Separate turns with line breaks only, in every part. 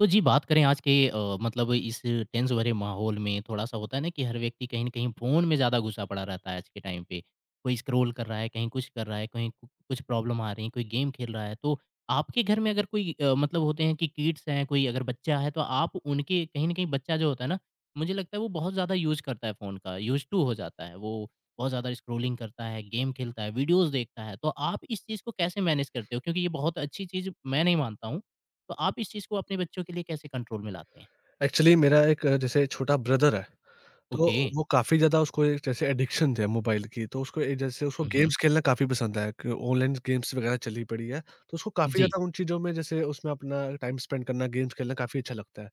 तो जी बात करें आज के मतलब इस टेंस भरे माहौल में थोड़ा-सा होता है ना कि हर व्यक्ति कहीं न कहीं फ़ोन में ज़्यादा घुसा पड़ा रहता है आज के टाइम पे। कोई स्क्रॉल कर रहा है, कहीं कुछ कर रहा है, कहीं कु कुछ प्रॉब्लम आ रही है, कोई गेम खेल रहा है। तो आपके घर में अगर कोई मतलब होते हैं कि किड्स हैं, कोई अगर बच्चा है तो आप उनके कहीं न कहीं बच्चा जो होता है ना, मुझे लगता है वो बहुत ज़्यादा यूज़ करता है फ़ोन का, यूज़ टू हो जाता है। वो बहुत ज़्यादा स्क्रॉलिंग करता है, गेम खेलता है, वीडियोज़ देखता है। तो आप इस चीज़ को कैसे मैनेज करते हो? क्योंकि ये बहुत अच्छी चीज़ मैं नहीं मानता हूँ। तो आप इस चीज़ को अपने बच्चों के लिए कैसे कंट्रोल में लाते हैं?
एक्चुअली मेरा एक जैसे छोटा ब्रदर है। तो
ओके।
वो काफ़ी ज़्यादा उसको एक जैसे एडिक्शन है मोबाइल की। तो उसको ए जैसे उसको
हुँ, हुँ।
गेम्स खेलना काफ़ी पसंद है कि ऑनलाइन गेम्स वगैरह चली पड़ी है। तो उसको काफ़ी
जी।
ज़्यादा उन चीज़ों में जैसे उसमें अपना टाइम स्पेंड करना, गेम्स खेलना काफ़ी अच्छा लगता है।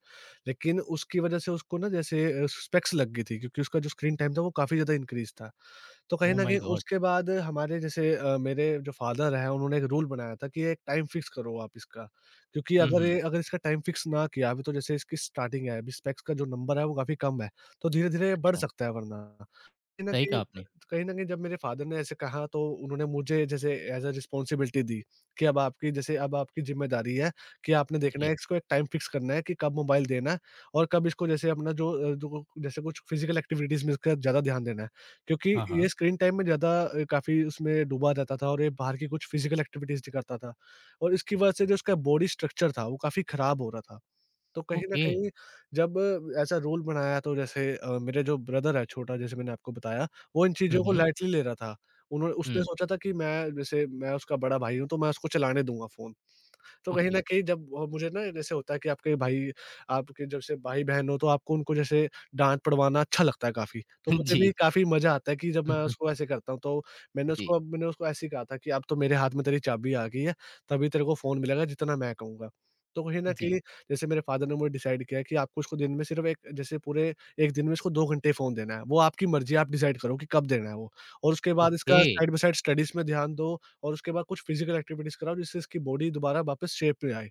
लेकिन उसकी वजह से उसको ना जैसे स्पेक्स लग गई थी, क्योंकि उसका जो स्क्रीन टाइम था वो काफ़ी ज़्यादा इंक्रीज़ था। तो कहीं
ओह
न
माय
कहीं
गॉड!
उसके बाद हमारे जैसे मेरे जो फादर हैं उन्होंने एक रूल बनाया था कि एक टाइम फिक्स करो आप इसका। क्योंकि
हुँ,
अगर
हुँ।
ये अगर इसका टाइम फिक्स ना किया अभी, तो जैसे इसकी स्टार्टिंग है, अभी स्पेक्स का जो नंबर है वो काफ़ी कम है, तो धीरे-धीरे बढ़
अच्छा,
सकता है वरना। कहीं न
सही
कहीं
कहा
अ,
आपने।
कहीं न कहीं जब मेरे फ़ादर ने ऐसे कहा तो उन्होंने मुझे जैसे एज़ अ रिस्पॉन्सिबिलिटी दी, कि अब आपकी ज़िम्मेदारी है कि आपने देखना है,
जी।
इसको एक टाइम फ़िक्स करना है कि कब मोबाइल देना है और कब इसको जैसे अपना जो जैसे कुछ फ़िज़िकल एक्टिविटीज़ में इसका ज़्यादा ध्यान देना है। क्योंकि
हाँ,
ये
हाँ।
स्क्रीन टाइम में ज़्यादा काफ़ी उसमें डूबा रहता था और ये बाहर की कुछ फ़िज़िकल एक्टिविटीज़ नहीं करता था, और इसकी वजह से जो उसका बॉडी स्ट्रक्चर था वो काफ़ी ख़राब हो रहा था। तो कहीं न
ओके।
कहीं जब ऐसा रूल बनाया तो जैसे मेरे जो ब्रदर है छोटा, जैसे मैंने आपको बताया, वो इन
हुँ,
चीज़ों को
हुँ।
लाइटली ले रहा था। उन्होंने उसने
हुँ,
सोचा था कि मैं उसका बड़ा भाई हूँ, तो मैं उसको चलाने दूँगा फ़ोन। तो कहीं
ओके।
न कहीं जब मुझे ना जैसे होता है कि आपके भाई, आपके जब से भाई-बहन हो तो आपको उनको जैसे डाँट पड़वाना अच्छा लगता है काफ़ी। तो
जी,
मुझे
जी।
भी काफ़ी मज़ा आता है कि जब
हुँ,
मैं
हुँ।
उसको ऐसे करता हूँ। तो मैंने उसको
जी,
अब मैंने उसको ऐसे ही कहा था कि अब तो मेरे हाथ में तेरी चाबी आ गई है, तभी तेरे को फ़ोन मिलेगा जितना मैं कहूँगा। तो कहीं न
जी।
कहीं जैसे मेरे फादर ने मुझे डिसाइड किया कि आपको उसको दिन में सिर्फ़ एक, जैसे पूरे 1 दिन में इसको 2 घंटे फ़ोन देना है। वो आपकी मर्ज़ी है, आप डिसाइड करो कि कब देना है वो। और उसके बाद
ओके।
इसका साइड बाय साइड स्टडीज़ में ध्यान दो, और उसके बाद कुछ फिजिकल एक्टिविटीज़ कराओ जिससे इसकी बॉडी दोबारा वापस शेप में आए।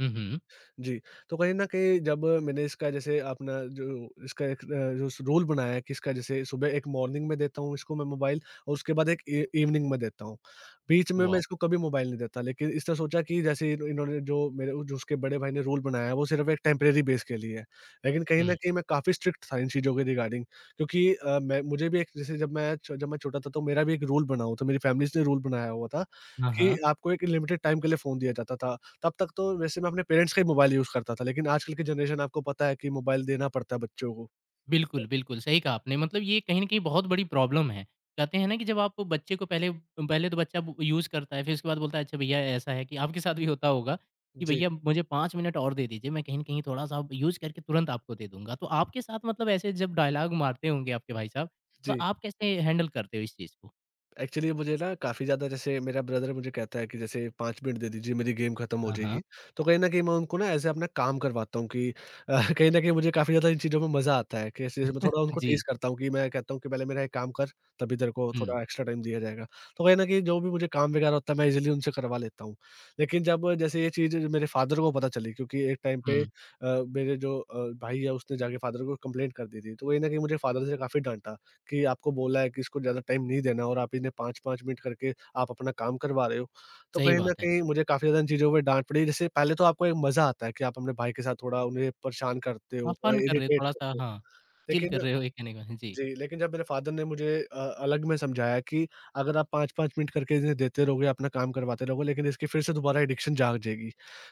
हुँ, हुँ।
जी। तो कहीं न कहीं जब मैंने इसका जैसे अपना जो, इसका एक जो स रूल बनाया है कि इसका जैसे सुबह एक मॉर्निंग में देता हूँ इसको मैं मोबाइल, और उसके बाद एक इ इवनिंग में देता हूँ। बीच में
वॉव!
मैं इसको कभी मोबाइल नहीं देता, लेकिन इसने सोचा कि जैसे इन इन्होंने जो मेरे जो उसके बड़े भाई ने रूल बनाया है वो सिर्फ़ एक टेम्परेरी बेस के लिए है। लेकिन कहीं न
हुँ।
कहीं मैं काफ़ी स्ट्रिक्ट था इन चीज़ों के रिगार्डिंग, क्योंकि मैं मुझे भी, एक जैसे जब मैं छोटा था तो मेरा भी एक रूल बना हुआ था, मेरी फैमिलीज़ ने रूल बनाया हुआ था
हाँ,
कि
हाँ।
आपको एक लिमिटेड टाइम के लिए फ़ोन दिया जाता था। तब तक तो वैसे मैं अपने पेरेंट्स का ही मोबाइल यूज़ करता था, लेकिन आजकल की जनरेशन आपको पता है कि मोबाइल देना पड़ता है बच्चों को।
बिल्कुल, बिल्कुल, सही कहा आपने मतलब ये कहीं न कहीं बहुत बड़ी प्रॉब्लम है। कहते हैं ना कि जब आप बच्चे को पहले पहले तो बच्चा ब यूज़ करता है, फिर उसके बाद बोलता है अच्छा भैया ऐसा है कि आपके साथ भी होता होगा कि
जी,
भैया मुझे 5 मिनट और दे दीजिए, मैं कहीं न कहीं थोड़ा-सा अब यूज़ करके तुरंत आपको दे दूँगा। तो आपके साथ मतलब ऐसे जब डायलॉग मारते होंगे आपके भाई साहब, तो
जी।
आप कैसे हैंडल करते हो इस चीज़ को?
एक्चुअली मुझे ना, काफ़ी ज़्यादा जैसे मेरा ब्रदर मुझे कहता है कि जैसे 5 मिनट दे दीजिए मेरी गेम खत्म हो
हाँ,
जाएगी।
हाँ।
तो कहीं न कहीं मैं उनको ना ऐसे अपना काम करवाता हूँ कि कहीं न कहीं मुझे काफ़ी ज़्यादा इन चीज़ों में मज़ा आता है कि ऐसे-ऐसे मैं थोड़ा उनको
जी।
टीज़ करता हूँ, कि मैं कहता हूँ कि पहले मेरा ये काम कर, तभी तेरे को
हुँ,
थोड़ा एक्स्ट्रा टाइम दिया जाएगा। तो कहीं न कहीं जो भी मुझे काम वगैरह होता है मैं ईज़िली उनसे करवा लेता हूँ। लेकिन जब जैसे ये चीज़ मेरे फ़ादर को पता चली, क्योंकि एक टाइम पे
हुँ,
मेरे जो भाई है उसने जाके फ़ादर को कंप्लेंट कर दी थी। तो कहीं न कहीं मुझे फ़ादर से काफ़ी डाँटा, कि आपको बोला है कि इसको ज़्यादा टाइम नहीं देना और आप इन्हें 5-5 मिनट करके आप अपना काम करवा रहे हो। तो
सही
कहीं हुँ। न
बात है।
कहीं मुझे काफ़ी ज़्यादा इन चीज़ों पे डाँट पड़ी। जैसे पहले तो आपको एक मज़ा आता है कि आप अपने भाई के साथ थोड़ा उन्हें परेशान करते हो,
आप
थोड़ा
फन कर रहे हो
इरिटेट
थोड़ा-सा
करते हो।
हाँ, चिल
लेकिन
कर रहे हो ये कहने का जी,
जी, लेकिन जब मेरे फ़ादर ने मुझे अलग में समझाया कि अगर आप 5-5 मिनट करके इन्हें देते रहोगे, अपना काम करवाते रहोगे, लेकिन इसकी फिर से दोबारा एडिक्शन जाग जाएगी।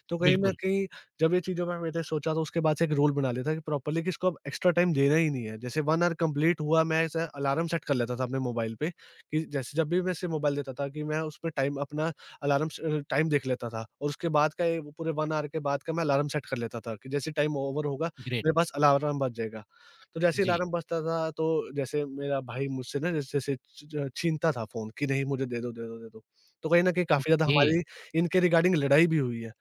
तो कहीं न
बिल्कुल,
कहीं जब ये चीज़ों में मैंने सोचा, तो उसके बाद से एक रूल बना लिया था कि प्रॉपर्ली कि इसको अब एक्स्ट्रा टाइम देना ही नहीं है। जैसे 1 आवर कंप्लीट हुआ, मैं ऐसा अलार्म सेट कर लेता था अपने मोबाइल पे, कि जैसे जब भी मैं इसे मोबाइल देता था कि मैं उसपे टाइम अपना अलार्म टाइम देख लेता था, और उसके बाद का, ये वो पूरे 1 आवर के बाद का मैं अलार्म सेट कर लेता था कि जैसे टाइम ओवर होगा,
ग्रेट।
मेरे पास अलार्म बज जाएगा। तो जैसे
जी,
अलार्म बजता था, तो जैसे मेरा भाई मुझसे ना, जैसे जैसे छ छीनता था फ़ोन कि नहीं मुझे दे दो, दे दो, दे दो। तो कहीं न कहीं काफ़ी ज़्यादा
ओके।
हमारी इनके रिगार्डिंग लड़ाई भी हुई है,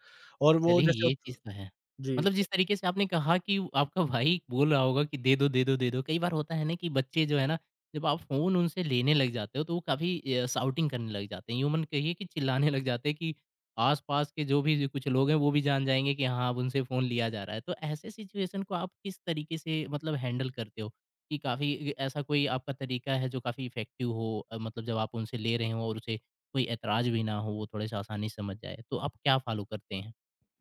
और वो
चलिए
जैसे
ये चीज़
उत-
तो है।
जी।
मतलब जिस तरीके से आपने कहा कि आपका भाई बोल रहा होगा कि दे दो, दे दो, दे दो। कई बार होता है ना कि बच्चे जो है ना, जब आप फ़ोन उनसे लेने लग जाते हो तो वो काफ़ी शाउटिंग करने लग जाते हैं। यूमन कहिए कि चिल्लाने लग जाते हैं कि आस-पास के जो भी कुछ लोग हैं वो भी जान जाएँगे कि हाँ, अब उनसे फ़ोन लिया जा रहा है। तो ऐसे सिचुएशन को आप किस तरीके से मतलब हैंडल करते हो? कि काफ़ी ए ऐसा कोई आपका तरीका है जो काफ़ी इफ़ेक्टिव हो मतलब जब आप उनसे ले रहे हों और उसे कोई ऐतराज़ भी ना हो, वो थोड़े-से आसानी से समझ जाए। तो आप क्या फ़ॉलो करते हैं?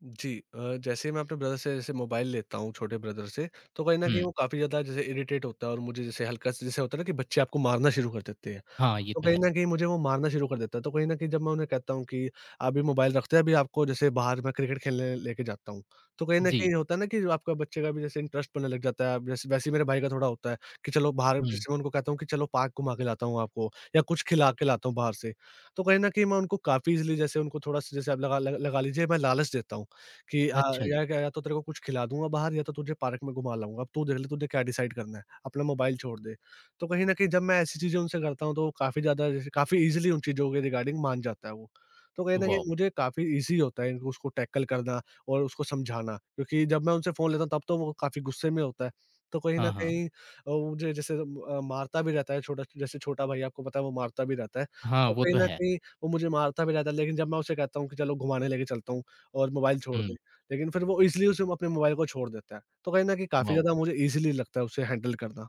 जी, जैसे ही मैं अपने ब्रदर से जैसे मोबाइल लेता हूँ, छोटे ब्रदर से, तो कहीं न कहीं
हुँ।
वो काफ़ी ज़्यादा जैसे इरिटेट होता है, और मुझे जैसे हल्का-सा जैसे होता है ना कि बच्चे आपको मारना शुरू कर देते हैं।
हाँ, ये
तो
तो
कहीं
है।
न कहीं मुझे वो मारना शुरू कर देता है। तो कहीं न कहीं जब मैं उन्हें कहता हूँ कि अभी मोबाइल रखते हैं, अभी आपको जैसे बाहर मैं क्रिकेट खेलने लेके जाता हूँ। तो कहीं न
जी।
कहीं होता है ना कि आपका, बच्चे का भी जैसे इंटरेस्ट बनने लग जाता है। वैसे वैसे ही मेरे भाई का थोड़ा होता है कि चलो बाहर,
हुँ।
जैसे मैं उनको कहता हूँ कि चलो पार्क घुमा के लाता हूँ आपको, या कुछ खिला के लाता हूँ बाहर से। तो कहीं न कहीं मैं उनको काफ़ी ईज़िली, जैसे उनको थोड़ा-सा, जैसे आप लगा लीजिए मैं लालच देता हूँ, कि
अच्छा जी।
या तो तेरे को कुछ खिला दूँगा बाहर, या तो तुझे पार्क में घुमा लाऊँगा। अब तू देख ले तुझे क्या डिसाइड करना है, अपना मोबाइल छोड़ दे। तो कहीं न कहीं जब मैं ऐसी चीज़ें उनसे करता हूँ तो वो काफ़ी ज़्यादा जैसे काफ़ी ईज़िली उन चीज़ों के रिगार्डिंग मान जाता है वो। तो कहीं न कहीं
वाओ!
मुझे काफ़ी ईज़ी होता है इनको, उसको टैकल करना और उसको समझाना, क्योंकि जब मैं उनसे फ़ोन लेता हूँ तब तो वो काफ़ी गुस्से में होता है। तो कहीं न
हाँ, हाँ।
कहीं वो मुझे जैसे मारता भी रहता है छोटा, जैसे छोटा भाई आपको पता है वो मारता भी रहता है।
हाँ,
तो
वो
कहीं
तो
न
है।
कहीं वो मुझे मारता भी रहता है, लेकिन जब मैं उसे कहता हूँ कि चलो घुमाने लेके चलता हूँ और मोबाइल छोड़ दे,
हुँ,
लेकिन फिर वो ईज़िली उसे अपने मोबाइल को छोड़ देता है। तो कहीं न कहीं काफ़ी
वाओ!
ज़्यादा मुझे ईज़िली लगता है उसे हैंडल करना।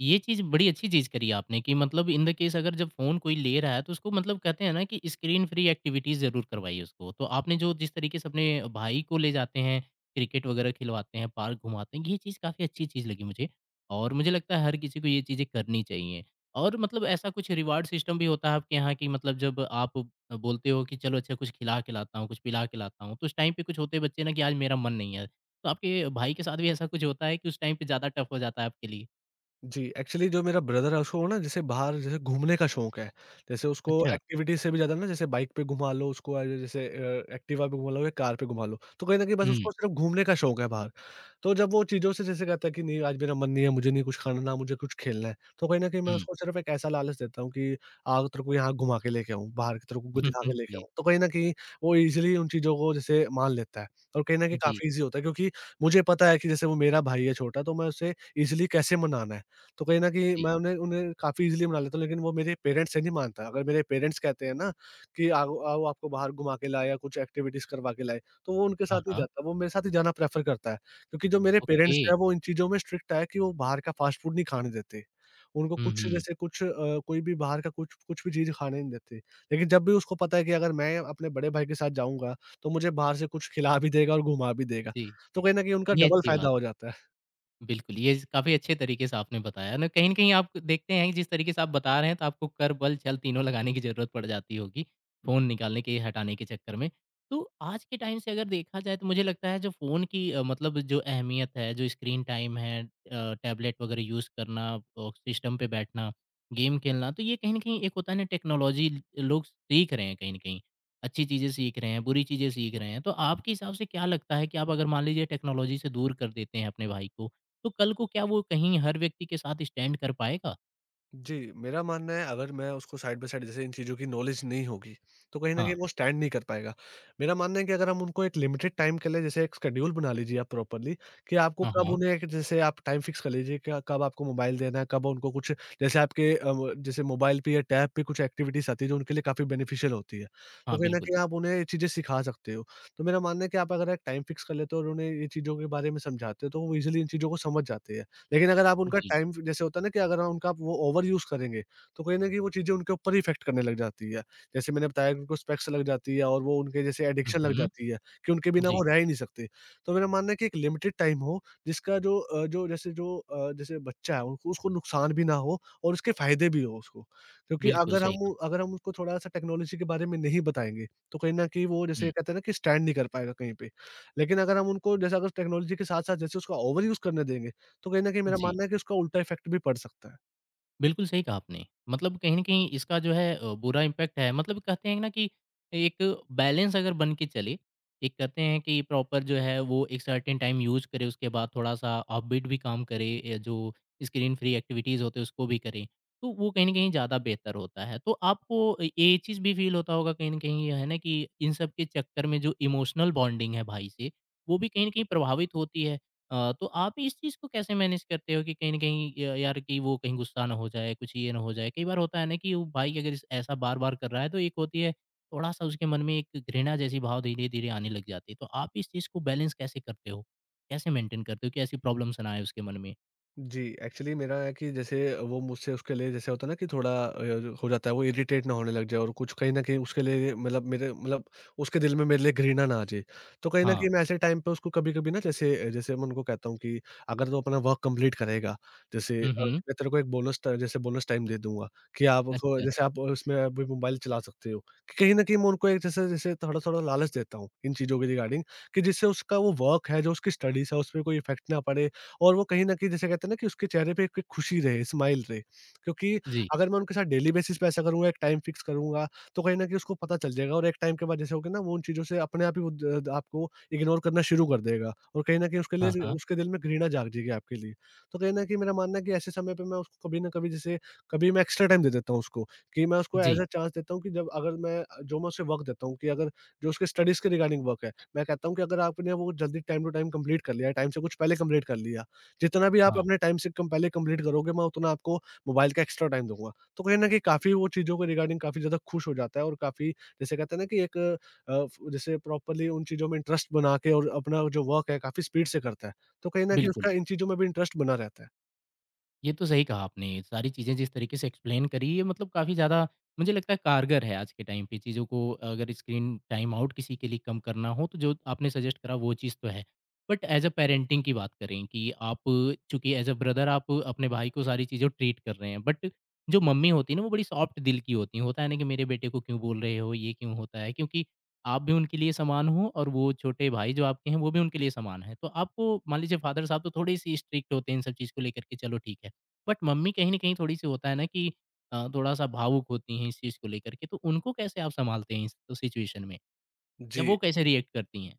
ये चीज़ बड़ी अच्छी चीज़ करी आपने कि मतलब इन द केस अगर जब फ़ोन कोई ले रहा है तो उसको मतलब कहते हैं ना कि स्क्रीन फ्री एक्टिविटीज़ ज़रूर करवाइए उसको। तो आपने जो जिस तरीके से अपने भाई को ले जाते हैं, क्रिकेट वगैरह खिलवाते हैं, पार्क घुमाते हैं, ये चीज़ काफ़ी अच्छी चीज़ लगी मुझे और मुझे लगता है हर किसी को ये चीज़ें करनी चाहिए। और मतलब ऐसा कुछ रिवार्ड सिस्टम भी होता है आपके यहाँ कि मतलब जब आप बोलते हो कि चलो अच्छा कुछ खिला के लाता हूँ, कुछ पिला के लाता हूँ, तो उस टाइम पे कुछ होते हैं बच्चे ना कि आज मेरा मन नहीं है। तो आपके भाई के साथ भी ऐसा कुछ होता है कि उस टाइम पे ज़्यादा टफ़ हो जाता है आपके लिए?
जी, एक्चुअली जो मेरा ब्रदर है उसको ना जैसे बाहर, जैसे घूमने का शौक है। जैसे उसको
अच्छा।
एक्टिविटी से भी ज़्यादा ना, जैसे बाइक पे घुमा लो उसको, जैसे एक्टिवा पे घुमा लो, या कार पे घुमा लो। तो कहीं न कहीं बस
हुँ,
उसको सिर्फ़ घूमने का शौक है बाहर। तो जब वो चीज़ों से जैसे कहता है कि नहीं आज मेरा मन नहीं है, मुझे नहीं कुछ खाना, ना मुझे कुछ खेलना है। तो कहीं न कहीं मैं
हुँ।
उसको सिर्फ़ एक ऐसा लालच देता हूँ कि आओ तेरे को यहाँ घुमा के लेके आऊँ, बाहर की तेरे को दिखा के लेके
जी,
आऊँ। तो कहीं न कहीं वो ईज़िली उन चीज़ों को जैसे मान लेता है, और कहीं न कहीं
जी,
काफ़ी ईज़ी होता है क्योंकि मुझे पता है कि जैसे वो मेरा भाई है छोटा, तो मैं उसे ईज़िली कैसे मनाना है। तो कहीं न कहीं
जी।
मैं उन्हें उन्हें काफ़ी ईज़िली मना लेता हूँ, लेकिन वो मेरे पेरेंट्स से नहीं मानता। अगर मेरे पेरेंट्स कहते हैं ना कि आओ आओ आपको बाहर घुमा के लाए, या कुछ एक्टिविटीज़ करवा के लाए, तो वो उनके
हाँ,
साथ नहीं
हाँ।
जाता, वो मेरे साथ ही जाना प्रेफ़र करता है। क्योंकि जो मेरे
ओके।
पेरेंट्स हैं वो इन चीज़ों में स्ट्रिक्ट है कि वो बाहर का फ़ास्ट फ़ूड नहीं खाने देते। उनको
हुँ,
कुछ
हुँ।
जैसे कुछ कोई भी बाहर का कुछ कुछ भी चीज़ खाने नहीं देते। लेकिन जब भी उसको पता है कि अगर मैं अपने बड़े भाई के साथ जाऊँगा, तो मुझे बाहर से कुछ खिला भी देगा और घुमा भी देगा।
जी।
तो कहीं न कहीं उनका
ये
डबल
अच्छी
फ़ायदा
बात
हो जाता है।
बिल्कुल, ये ज़ काफ़ी अच्छे तरीके से आपने बताया ना, कहीं न कहीं आप देखते हैं कि जिस तरीके से आप बता रहे हैं तो आपको कर, बल, छल तीनों लगाने की ज़रूरत पड़ जाती होगी, फ़ोन निकालने के, हटाने के चक्कर में। तो आज के टाइम से अगर देखा जाए तो मुझे लगता है जो फ़ोन की मतलब जो अहमियत है, जो स्क्रीन टाइम है टैबलेट वग़ैरह यूज़ करना और सिस्टम पे बैठना, गेम खेलना, तो ये कहीं न कहीं एक होता है ना टेक्नोलॉजी लोग सीख रहे हैं कहीं न कहीं, अच्छी चीज़ें सीख रहे हैं, बुरी चीज़ें सीख रहे हैं। तो आपके हिसाब से क्या लगता है कि आप अगर मान लीजिए टेक्नोलॉजी से दूर कर देते हैं अपने भाई को, तो कल को क्या वो कहीं हर व्यक्ति के साथ स्टैंड कर पाएगा?
जी, मेरा मानना है, अगर मैं उसको साइड बाय साइड जैसे इन चीज़ों की नॉलेज नहीं होगी, तो कहीं न कहीं
हाँ,
वो स्टैंड नहीं कर पाएगा। मेरा मानना है कि अगर हम उनको एक लिमिटेड टाइम के लिए जैसे एक शेड्यूल बना लीजिए आप प्रॉपर्ली, कि आपको
हाँ,
कब
हाँ,
उन्हें, एक जैसे आप टाइम फिक्स कर लीजिए क कब आपको मोबाइल देना है, कब उनको कुछ जैसे आपके व जैसे मोबाइल पे या टैब पे कुछ एक्टिविटीज़ आती है जो उनके लिए काफ़ी बेनिफिशियल होती है। तो
हाँ,
कहीं न
बिल्कुल।
कहीं आप उन्हें ये चीज़ें सिखा सकते हो। तो मेरा मानना है कि आप अगर एक टाइम फिक्स कर लेते हो और उन्हें ये चीज़ों के बारे में समझाते हो, तो वो ईज़िली इन चीज़ों को समझ जाते हैं। लेकिन अगर आप उनका
जी।
टाइम जैसे होता है ना, कि अगर हम उनका आप वो ओवर यूज़ करेंगे, तो कहीं न कहीं वो चीज़ें उनके ऊपर ही इफ़ेक्ट करने लग जाती है। जैसे मैंने बताया कि उनको स्पेक्स लग जाती है और वो उनके जैसे
हुँ,
एडिक्शन लग
हुँ।
जाती है कि उनके बिना
जी,
वो रह ही नहीं सकते। तो मेरा मानना है कि एक लिमिटेड टाइम हो, जिसका जो जो जैसे जो जैसे बच्चा है, उनको उसको नुकसान भी ना हो और उसके फ़ायदे भी हो उसको। क्योंकि
बिल्कुल
अगर
सही
हम
कहा।
अगर हम उसको थोड़ा-सा टेक्नोलॉजी के बारे में नहीं बताएँगे, तो कहीं न कहीं वो जैसे
हुँ,
कहते हैं ना कि स्टैंड नहीं कर पाएगा कहीं पे। लेकिन अगर हम उनको जैसे अगर टेक्नोलॉजी के साथ-साथ जैसे उसका ओवर यूज़ करने देंगे, तो कहीं न कहीं मेरा
जी।
मानना है कि उसका उल्टा इफ़ेक्ट भी पड़ सकता है।
बिल्कुल सही कहा आपने। मतलब कहीं न कहीं इसका जो है बुरा इम्पैक्ट है मतलब कहते हैं ना कि एक बैलेंस अगर बन के चले, एक कहते हैं कि प्रॉपर जो है वो एक सर्टेन टाइम यूज़ करे, उसके बाद थोड़ा-सा ऑफबीट भी काम करे या जो स्क्रीन फ्री एक्टिविटीज़ होते हैं उसको भी करें, तो वो कहीं न कहीं ज़्यादा बेहतर होता है। तो आपको ये चीज़ भी फ़ील होता होगा कहीं न कहीं ये है ना कि इन सब के चक्कर में जो इमोशनल बॉन्डिंग है भाई से, वो भी कहीं न कहीं प्रभावित होती है। तो आप इस चीज़ को कैसे मैनेज करते हो कि कहीं न कहीं य यार कि वो कहीं गुस्सा ना हो जाए, कुछ ये ना हो जाए? कई बार होता है ना कि वो भाई अगर इस ऐसा बार-बार कर रहा है तो एक होती है थोड़ा-सा उसके मन में एक घृणा जैसी भाव धीरे-धीरे आने लग जाती है। तो आप इस चीज़ को बैलेंस कैसे करते हो? कैसे मेंटेन करते हो कि ऐसी प्रॉब्लम्स ना आए उसके मन में?
जी, एक्चुअली मेरा है कि जैसे वो मुझसे उसके लिए जैसे होता है ना कि थोड़ा जो हो जाता है वो इरिटेट ना होने लग जाए और कुछ कहीं न कहीं उसके लिए, मतलब मेरे मतलब उसके दिल में मेरे लिए घृणा ना आ जाए। तो कहीं न
हाँ।
कहीं मैं ऐसे टाइम पे उसको कभी-कभी ना, जैसे जैसे मैं उनको कहता हूँ कि अगर तू अपना वर्क कंप्लीट करेगा, जैसे
हुँ, हुँ।
मैं तेरे को एक बोनस ट जैसे बोनस टाइम दे दूँगा, कि आपको
अच्छा।
जैसे आप उसमें अभी मोबाइल चला सकते हो। कि कहीं न कहीं मैं उनको एक जैसे जैसे थोड़ा-थोड़ा लालच देता हूँ इन चीज़ों के रिगार्डिंग, कि जिससे उसका वो वर्क है, जो उसकी स्टडीज़ है, उसपे कोई इफ़ेक्ट ना पड़े और वो कहीं न कहीं जैसे कहते हैं ना कि उसके चेहरे पे एक एक खुशी रहे, स्माइल रहे। क्योंकि
जी।
अगर मैं उनके साथ डेली बेसिस पे ऐसा करूँगा, एक टाइम फिक्स करूँगा, तो कहीं न कहीं उसको पता चल जाएगा और एक टाइम के बाद जैसे हो गया ना, वो उन चीज़ों से अपने आप ही वो द द आपको इग्नोर करना शुरू कर देगा और कहीं न कहीं उसके
हाँ,
लिए
हाँ।
उसके दिल में घृणा जाग जाएगी आपके लिए। तो कहीं न कहीं मेरा मानना है कि ऐसे समय पे मैं उसको कभी न कभी जैसे, कभी मैं एक्स्ट्रा टाइम दे देता हूँ उसको, कि मैं उसको एज़
जी।
अ चांस देता हूँ कि जब अगर मैं जो मैं उसे वर्क देता हूँ, कि अगर जो उसके स्टडीज़ के रिगार्डिंग वर्क है, मैं कहता हूँ कि अगर आपने वो जल्दी टाइम टू टाइम कंप्लीट कर लिया, टाइम से कुछ पहले कंप्लीट कर लिया, जितना भी आप
हाँ,
अपने टाइम से कम पहले कंप्लीट करोगे, मैं उतना आपको मोबाइल का एक्स्ट्रा टाइम दूँगा। तो कहीं न कहीं काफ़ी वो चीज़ों के रिगार्डिंग काफ़ी ज़्यादा खुश हो जाता है और काफ़ी जैसे कहते हैं ना कि एक फ जैसे प्रॉपर्ली उन चीज़ों में इंटरेस्ट बना के और अपना जो वर्क है काफ़ी स्पीड से करता है। तो कहीं न कहीं
बिल्कुल।
उसका इन चीज़ों में भी इंटरेस्ट बना रहता है।
ये तो सही कहा आपने। सारी चीज़ें जिस तरीके से एक्सप्लेन करी ये मतलब काफ़ी ज़्यादा मुझे लगता है कारगर है आज के टाइम पे चीज़ों को अगर स्क्रीन टाइम आउट किसी के लिए कम करना हो तो जो आपने सजेस्ट करा वो चीज़ तो है। बट एज़ अ पैरेंटिंग की बात करें कि आप चूँकि एज़ अ ब्रदर आप अपने भाई को सारी चीज़ें ट्रीट कर रहे हैं बट जो मम्मी होती है ना वो बड़ी सॉफ्ट दिल की होती हैं। होता है ना कि मेरे बेटे को क्यों बोल रहे हो, ये क्यों होता है? क्योंकि आप भी उनके लिए समान हो और वो छोटे भाई जो आपके हैं वो भी उनके लिए समान हैं। तो आपको मान लीजिए फादर साहब तो थोड़ी-सी स्ट्रिक्ट होते हैं इन सब चीज़ को लेकर के चलो ठीक है। बट मम्मी कहीं न कहीं थोड़ी-सी होता है ना कि थोड़ा-सा भावुक होती हैं इस चीज़ को लेकर के, तो उनको कैसे आप सँभालते हैं इस तो सिचुएशन में? या
जी।
वो कैसे रिएक्ट करती हैं?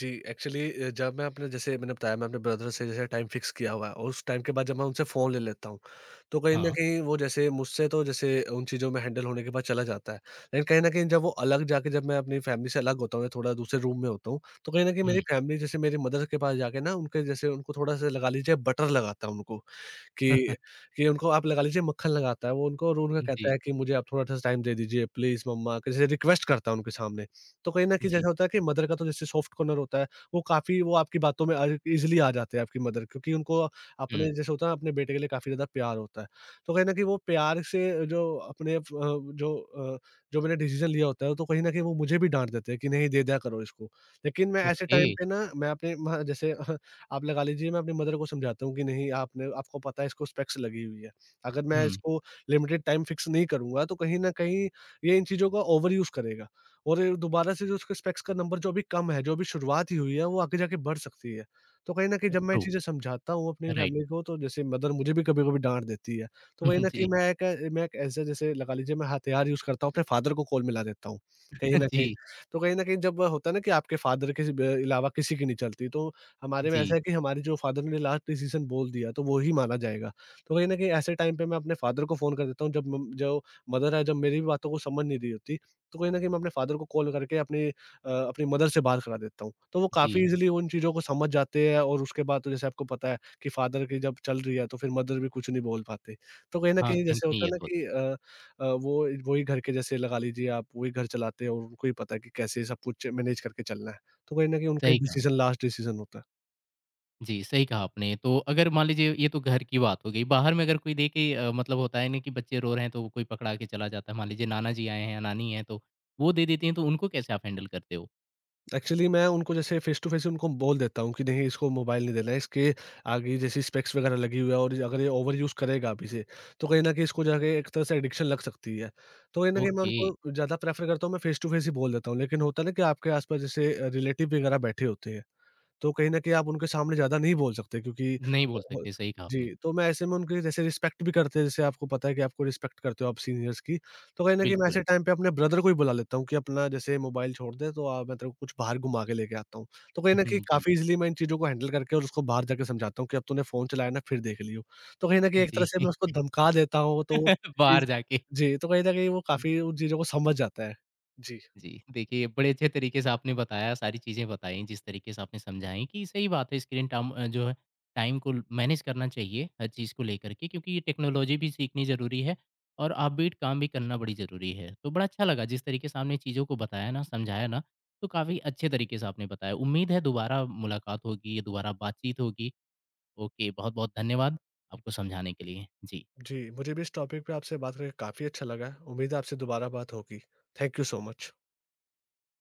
जी, एक्चुअली जब मैं अपने जैसे मैंने बताया मैं अपने ब्रदर से जैसे टाइम फिक्स किया हुआ है और उस टाइम के बाद जब मैं उनसे फ़ोन ले लेता हूँ, तो कहीं न
हाँ।
कहीं वो जैसे मुझसे तो जैसे उन चीज़ों में हैंडल होने के बाद चला जाता है। लेकिन कहीं न कहीं जब वो अलग जाके, जब मैं अपनी फ़ैमिली से अलग होता हूँ या थोड़ा दूसरे रूम में होता हूँ, तो कहीं न कहीं मेरी
हुँ।
फ़ैमिली जैसे मेरी मदर के पास जाके ना उनके जैसे उनको थोड़ा-सा, लगा लीजिए, बटर लगाता हूँ उनको। कि कि उनको आप लगा लीजिए मक्खन लगाता है वो उनको और उनका
जी,
कहता है कि मुझे आप थोड़ा-सा टाइम दे दीजिए प्लीज़ मम्मा, कि जैसे रिक्वेस्ट करता है उनके सामने। तो कहीं न कहीं
जी।
जैसा होता है कि मदर का तो जैसे सॉफ्ट कॉर्नर होता है, वो काफ़ी वो आपकी बातों में आ ईज़िली आ जाते हैं, आपकी मदर, क्योंकि उनको
हुँ।
अपने जैसे होता है अपने बेटे के लिए काफ़ी ज़्यादा प्यार होता है। तो कहीं न कहीं वो प्यार से जो अपने फ अ, जो मैंने डिसीज़न लिया होता है, तो कहीं न कहीं वो मुझे भी डाँट देते हैं कि नहीं दे दिया करो इसको। लेकिन मैं ऐसे
ओके।
टाइम पे ना मैं अपने म जैसे आप लगा लीजिए मैं अपनी मदर को समझाता हूँ कि नहीं आपने आपको पता है इसको स्पेक्स लगी हुई है। अगर मैं
हुँ।
इसको लिमिटेड टाइम फिक्स नहीं करूँगा, तो कहीं न कहीं ये इन चीज़ों का ओवर यूज़ करेगा और ये दोबारा से जो उसके स्पेक्स का नंबर, जो अभी कम है, जो अभी शुरुआत ही हुई है, वो आगे जाके बढ़ सकती है। तो कहीं न कहीं जब मैं ये
ट्रू।
चीज़ें समझाता हूँ अपनी
राइट।
फैमिली को, तो जैसे मदर मुझे भी कभी-कभी डाँट देती है। तो कहीं न कहीं
जी।
मैं एक ऐसे जैसे लगा लीजिए मैं हथियार यूज़ करता हूँ, अपने फादर को कोल मिला देता हूँ, कहीं न कहीं।
जी,
तो कहीं न कहीं जब होता है ना कि आपके फादर के ब अलावा किसी की नहीं चलती, तो हमारे में ऐसा
जी,
है कि हमारे जो फादर ने लास्ट डिसीजन बोल दिया तो वो ही माना जाएगा। तो कहीं न कहीं ऐसे टाइम पे मैं अपने फादर को फ़ोन कर देता हूँ, जब मम जो मदर है, जब मेरी भी बातों को समझ नहीं रही होती, तो कहीं न कहीं मैं अपने फादर को कॉल करके अपनी मदर से बात करा देता हूँ। तो वो काफ़ी
जी।
ईज़िली उन चीज़ों को समझ जाते हैं और उसके बाद तो जैसे आपको पता है कि फादर की जब चल रही है, तो फिर मदर भी कुछ नहीं बोल पाते। तो कहीं न
हाँ,
कहीं
कहीं न
जैसे
कहीं
होता
ये
है ना
तो होता
कि
है।
वो वही घर के जैसे लगा लीजिए आप वही घर चलाते हैं और उनको ही पता है कि कैसे सब कुछ मैनेज करके चलना है। तो कहीं न कहीं उनका ही
सही कहा।
डिसीजन लास्ट डिसीजन होता है।
जी, सही कहा आपने। तो अगर मान लीजिए ये तो घर की बात हो गई, बाहर में अगर कोई देखे मतलब होता है ना कि बच्चे रो रहे हैं तो वो कोई पकड़ा के चला जाता है, मान लीजिए नाना जी आए हैं या नानी हैं, तो वो दे देती हैं, तो उनको कैसे आप हैंडल करते हो?
एक्चुअली मैं उनको जैसे फेस टू फेस उनको बोल देता हूँ कि नहीं इसको मोबाइल नहीं देना है, इसके आगे जैसे स्पेक्स वगैरह लगी हुई है और अगर ये ओवर यूज़ करेगा आप इसे, तो कहीं न कहीं इसको जाके एक तरह से एडिक्शन लग सकती है। तो कहीं न कहीं मैं
ओके,
उनको ज़्यादा प्रेफ़र करता हूँ, मैं फेस टू फेस ही बोल देता हूँ, लेकिन होता है ना कि आपके आस-पास जैसे रिलेटिव वगैरह बैठे होते हैं, तो कहीं न कहीं आप उनके सामने ज़्यादा नहीं बोल सकते।
नहीं बोल सकते, सही कहा आपने,
जी, तो मैं ऐसे में उनकी जैसे रिस्पेक्ट भी करते हैं, जैसे आपको पता है कि आपको रिस्पेक्ट करते हो आप सीनियर्स की, तो कहीं न कहीं मैं
बिल्कुल।
ऐसे टाइम पे अपने ब्रदर को ही बुला लेता हूँ कि अपना जैसे मोबाइल छोड़ दे, तो मैं तेरे को कुछ बाहर घुमा के लेके आता हूँ। तो कहीं
हुँ,
न कहीं
हुँ, जी,
काफ़ी ईज़िली मैं इन चीज़ों को हैंडल करके और उसको बाहर जाके समझाता हूँ कि अब तूने फ़ोन चलाया ना फिर देख लियो। तो कहीं न कहीं एक तरह
जी,
से मैं उसको धमका देता हूँ, तो इस
बाहर जाके
जी, तो कहीं न कहीं वो काफ़ी उन चीज़ों को समझ जाता है। जी।
जी, देखिए बड़े अच्छे तरीके से आपने बताया, सारी चीज़ें बताई, जिस तरीके से आपने समझाई कि सही बात है स्क्रीन टाम जो है टाइम को मैनेज करना चाहिए हर चीज़ को लेकर के क्योंकि ये टेक्नोलॉजी भी सीखनी ज़रूरी है और अपबीट काम भी करना बड़ी ज़रूरी है। तो बड़ा अच्छा लगा जिस तरीके से आपने चीज़ों को बताया ना, समझाया ना, तो काफ़ी अच्छे तरीके से आपने बताया। उम्मीद है दोबारा मुलाकात होगी, दोबारा बातचीत होगी। ओके, बहुत-बहुत धन्यवाद आपको समझाने के लिए। जी।
जी, मुझे भी इस टॉपिक पे आपसे बात करके काफ़ी अच्छा लगा। उम्मीद है आपसे दोबारा बात होगी। Thank you so much.